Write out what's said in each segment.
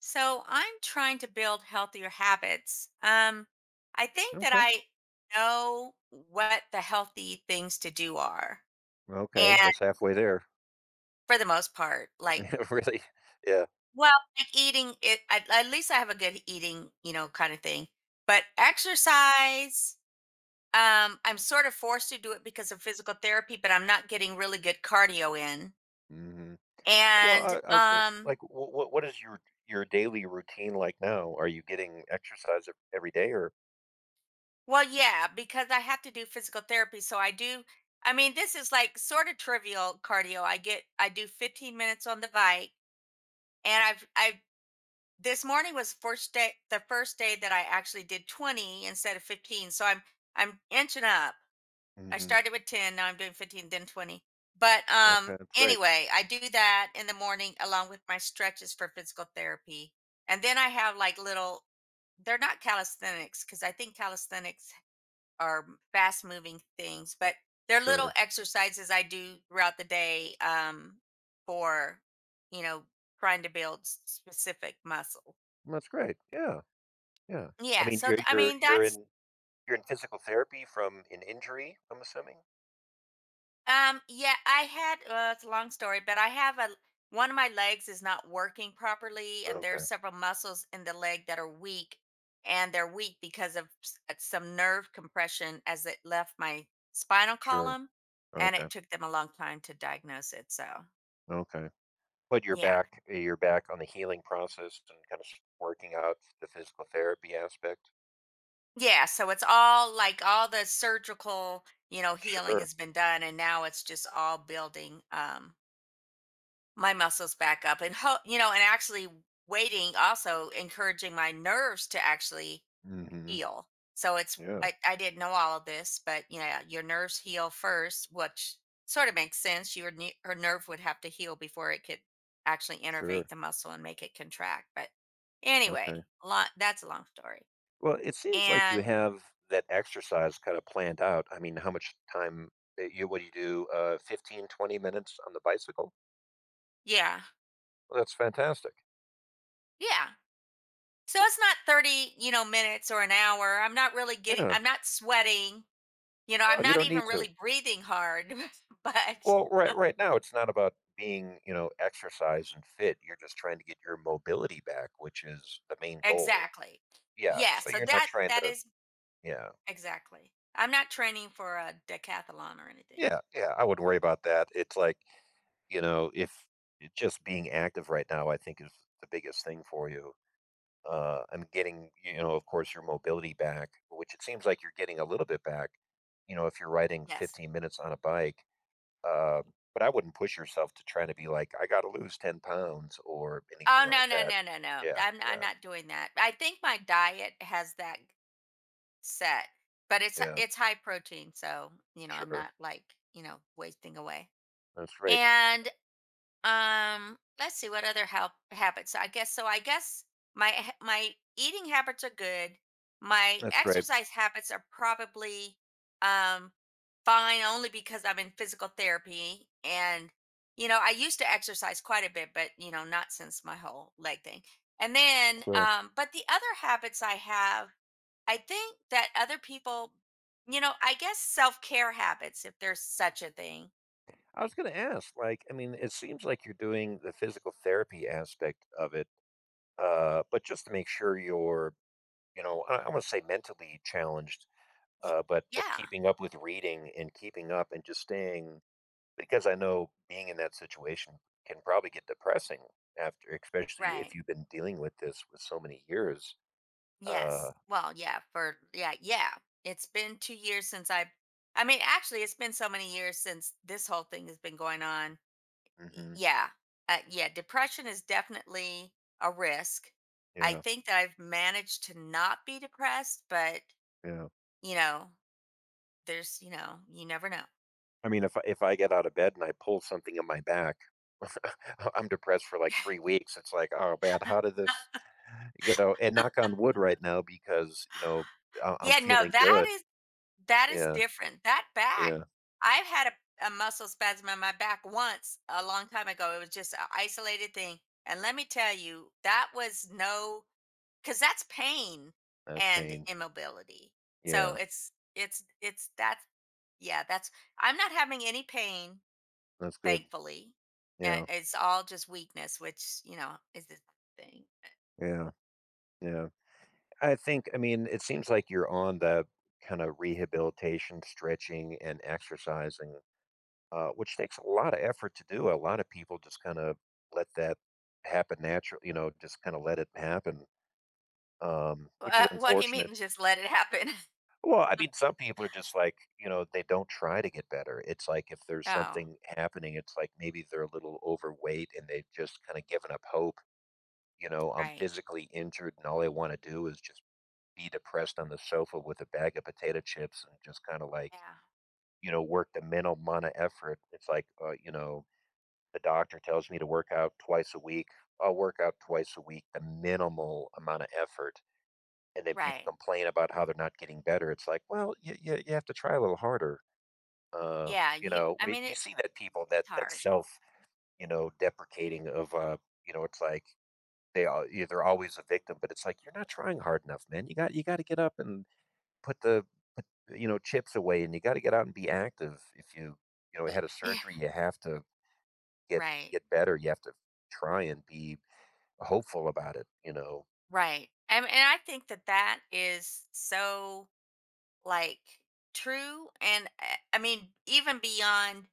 So I'm trying to build healthier habits. I think that Okay. I know what the healthy things to do are, Okay. and That's halfway there. for the most part, Really? Yeah. well, like eating it. At least I have a good eating, kind of thing. But exercise, I'm sort of forced to do it because of physical therapy, but I'm not getting really good cardio in, Hmm. Well, and I was gonna like, what is your daily routine like now? Are you getting exercise every day or? well, yeah, because I have to do physical therapy. So I mean, this is like sort of trivial cardio. I do 15 minutes on the bike. And I've, I, this morning was the first day that I actually did 20 instead of 15. I'm inching up. I Hmm. started with 10, now I'm doing 15, then 20. But Okay, that's great. anyway, I do that in the morning along with my stretches for physical therapy. And then I have like little, they're not calisthenics because I think calisthenics are fast moving things, but they're little Sure, exercises I do throughout the day, for, you know, trying to build specific muscle. that's great. Yeah, yeah. I Yeah. mean, So, you're I you're mean, you're in you're in physical therapy from an injury. I'm assuming. I had, it's a long story, but one of my legs is not working properly, and there's Okay. several muscles in the leg that are weak, and they're weak because of some nerve compression as it left my spinal Sure. column, and Okay. it took them a long time to diagnose it. So, Okay. But you're yeah. back. You're back on the healing process and kind of working out the physical therapy aspect. Yeah, so it's all like all the surgical, healing Sure. has been done and now it's just all building my muscles back up and ho- you know, and actually waiting, also encouraging my nerves to actually Hmm. heal. So Yeah. I didn't know all of this, but yeah, your nerves heal first, which sort of makes sense. Your her nerve would have to heal before it could actually innervate Sure. the muscle and make it contract. But Okay. anyway, lot that's a long story. Well, it seems like you And have that exercise kind of planned out. I mean, how much time you what do you do? 15 20 minutes on the bicycle? yeah, Well, that's fantastic. yeah. So it's not 30, you know, minutes or an hour. Yeah. I'm not sweating. You know, No, I'm you not don't need even to. really breathing hard, but Well, right now it's not about being, you know, exercise and fit. You're just trying to get your mobility back, which is the main goal. exactly. Yeah. Yeah, So so you're not that trying that to. is Yeah. exactly. I'm not training for a decathlon or anything. Yeah. Yeah. I wouldn't worry about that. It's like, you know, if just being active right now, I think is the biggest thing for you. I'm getting, you know, of course, your mobility back, which it seems like you're getting a little bit back, you know, if you're riding Yes. 15 minutes on a bike. Uh, but I wouldn't push yourself to try to be like, I got to lose 10 pounds or Oh anything like no, no, that. no, no, no. Yeah, I'm yeah, not doing that. I think my diet has that set, but yeah, it's high protein, so, you know, I'm sure. not like, you know, wasting away. That's great. And let's see what other help habits. I guess so. I guess my eating habits are good. My That's great. exercise habits are probably um fine only because I'm in physical therapy and you know, I used to exercise quite a bit, but you know, not since my whole leg thing. And then Sure. But the other habits I have, I think that other people, you know, I guess self-care habits if there's such a thing. I was going to ask, like, I mean, it seems like you're doing the physical therapy aspect of it, but just to make sure you're, you know, I want to say mentally challenged, Y- but Yeah, keeping up with reading and keeping up and just staying, because I know being in that situation can probably get depressing after, especially if right. you've been dealing with this with so many years. Yes. Uh, Yeah. It's been 2 years since I mean, actually it's been so many years since this whole thing has been going on. Hmm, Yeah. Yeah, depression is definitely a risk. I yeah, think that I've managed to not be depressed, but yeah. you know, there's, you know, you never know. I mean, if if I get out of bed and I pull something in my back, I'm depressed for like 3 weeks. It's like, oh man, how did this? You know, and knock on wood right now because you know I'm Yeah, no, feeling good. That is Yeah, different. That back, yeah. I've had a muscle spasm in my back once a long time ago. It was just an isolated thing. And let me tell you, that was no, because that's pain That's and pain. immobility. So Yeah, it's that, yeah, I'm not having any pain, that's good. thankfully. Yeah, It's all just weakness, which, you know, is the thing. yeah. Yeah. I think, I mean, it seems like you're on the kind of rehabilitation, stretching, and exercising, which takes a lot of effort to do. A lot of people just kind of let that happen naturally, you know, just kind of let it happen, which is What do you unfortunate. mean? Just let it happen. Well, I mean, some people are just like, you know, they don't try to get better. It's like if there's Oh, something happening, it's like maybe they're a little overweight and they've just kind of given up hope. You know, I'm right. physically injured and all I want to do is just be depressed on the sofa with a bag of potato chips and just kinda, like, Yeah. you know, work the minimal amount of effort. It's like, you know, the doctor tells me to work out twice a week. I'll work out twice a week, the minimal amount of effort, and then people Right. complain about how they're not getting better. It's like, well, you have to try a little harder. Uh, you know, I we mean, you it, see that people that it's that hard. self, you know, deprecating of, you know, it's like they are, yeah, they're always a victim, but it's like, "You're not trying hard enough, man. You gotta get up and put the put, you know, chips away, and you gotta get out and be active. If you, you know, Y- had a surgery, you have to get Right. get better. You have to try and be hopeful about it, you know." Right. And I think that that is so like true. And I mean, even beyond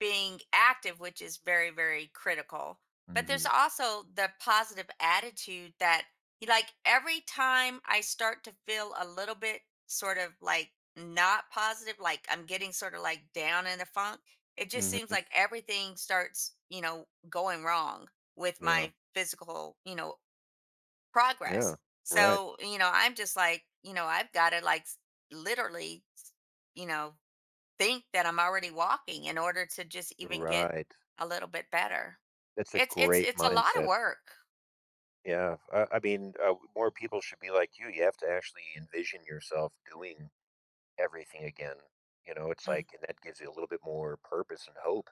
being active, which is very, very critical. But there's Mhm. also the positive attitude that, like, every time I start to feel a little bit sort of like not positive, like I'm getting sort of like down in the funk, it just seems Mhm. like everything starts, you know, going wrong with Yeah. my physical, you know, Yeah. progress. Right. So, you know, I'm just like, you know, I've got to like literally, you know, think that I'm already walking in order to just even get Right. a little bit better. That's a It's great it's a lot of mindset. work. Yeah. I mean, more people should be like you. You have to actually envision yourself doing everything again. You know, it's Mhm. like, and that gives you a little bit more purpose and hope.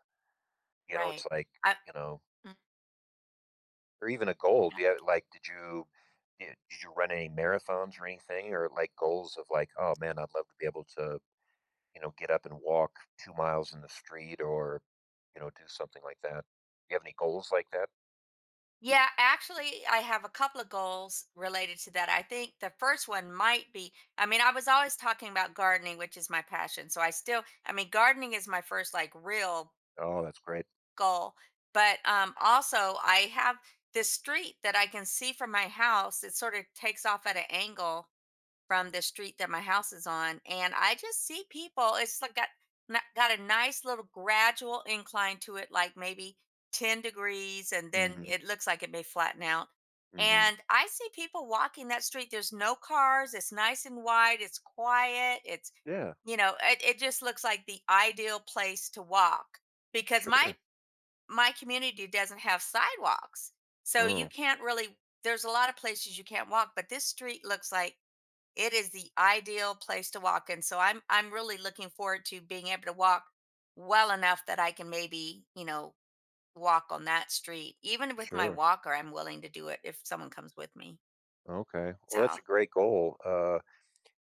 You know, it's Right. like, I, you know, mm, or even a goal, yeah, do you have like, did you run any marathons or anything, or, like, goals of, like, "Oh, man, I'd love to be able to, you know, get up and walk 2 miles in the street," or, you know, do something like that? You have any goals like that? yeah, actually, I have a couple of goals related to that. I think the first one might be I mean, I was always talking about gardening, which is my passion. I mean, gardening is my first like real Oh, that's great. goal. But also, I have this street that I can see from my house. It sort of takes off at an angle from the street that my house is on, and I just see people. It's like got a nice little gradual incline to it, like maybe 10 degrees, and then Mhm, it looks like it may flatten out, mhm. and I see people walking that street. There's no cars, it's nice and wide, it's quiet, it's Yeah, you know it, it just looks like the ideal place to walk because sure. my community doesn't have sidewalks, so you Oh, can't really, there's a lot of places you can't walk, but this street looks like it is the ideal place to walk in, so I'm really looking forward to being able to walk well enough that I can maybe, you know, walk on that street. Even with my sure. walker, I'm willing to do it if someone comes with me. Okay. Well, that's a So, great goal.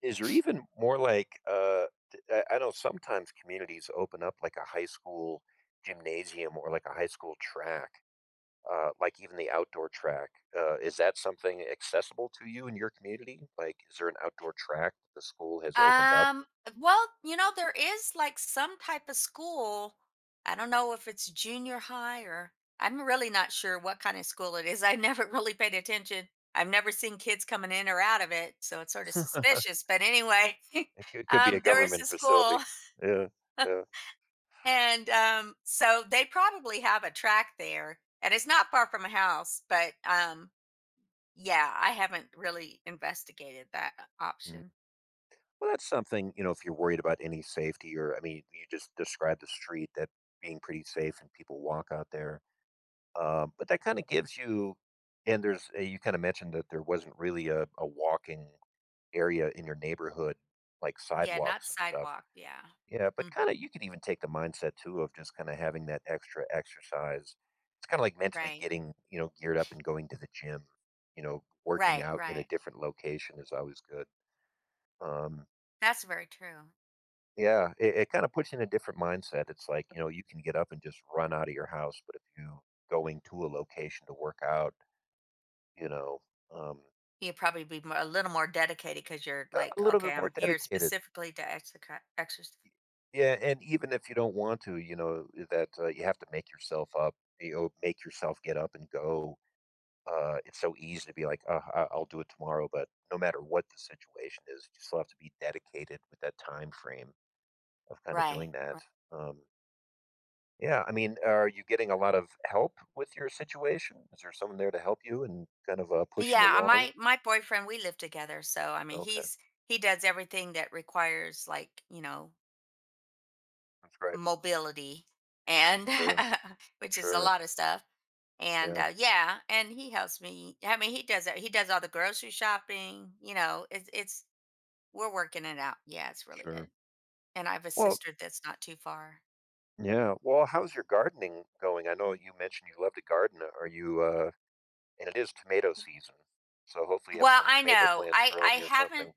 Is there even more like, d I know sometimes communities open up, like, a high school gymnasium or, like, a high school track, like even the outdoor track. Is that something accessible to you in your community? Like, is there an outdoor track the school has opened up? um, well, you know, there is like some type of school. I don't know if it's junior high or I'm really not sure what kind of school it is. I never really paid attention. I've never seen kids coming in or out of it, so it's sort of suspicious. But anyway, It could, could be a there is government a facility. school. Yeah, yeah. And so they probably have a track there, and it's not far from a house, but yeah, I haven't really investigated that Mm. option. Well, that's something, you know. If you're worried about any safety, or I mean, you just described the street that being pretty safe and people walk out there. But that kind of gives you, and there's you kind of mentioned that there wasn't really a walking area in your neighborhood, like Yeah, not sidewalks and stuff. sidewalk. Yeah. Yeah, but Mm, kinda you could even take the mindset too of just kinda having that extra exercise. It's kinda like mentally right. getting, you know, geared up and going to the gym. You know, working Right. out in a Right. different location is always good. Um, That's very true. yeah, it kinda puts you in a different mindset. It's like, you know, you can get up and just run out of your house, but if you going to a location to work out, you know, um, You'd probably be more, a little more dedicated because you're a like, little bit okay, more I'm here dedicated. specifically to exercise. Exercise. Yeah, and even if you don't want to, you know, that, you have to make yourself up, you know, make yourself get up and go. It's so easy to be like, I'll do it tomorrow, but no matter what the situation is, you still have to be dedicated with that time frame of kind of Right. doing that. Um, yeah, I mean, are you getting a lot of help with your situation? Is there someone there to help you and kind of push you Yeah. Along? My boyfriend, we live together, so I mean, Okay, he does everything that requires like you know that's great. mobility and Sure, which is a sure, lot of stuff, and yeah, yeah, and he helps me. I mean, he does all the grocery shopping, you know, it's we're working it out, yeah, it's really good. sure. And I have a Well, sister that's not too far. yeah. Well, how's your gardening going? I know you mentioned you love to garden. Are you? And it is tomato season, so hopefully you have well some i tomato know plants i i growing or haven't, something.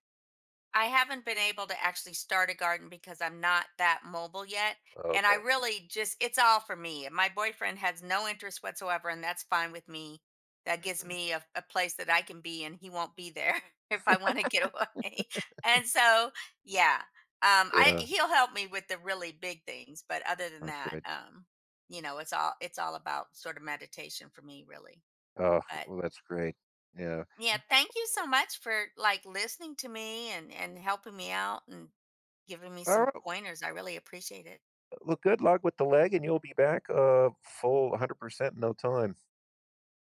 I haven't been able to actually start a garden because I'm not that mobile yet. And I Okay. really just, it's all for me. And my boyfriend has no interest whatsoever, and that's fine with me. That gives Mhm. me a place that I can be, and he won't be there if I want to get away. And so, yeah, I Yeah, he'll help me with the really big things, but other than that's that, great. You know, it's all about sort of meditation for me, really. Oh, But well, that's great. Yeah. yeah, thank you so much for like listening to me and helping me out and giving me All some right. pointers. I really appreciate it. Well, good luck with the leg, and you'll be back full 100% in no time.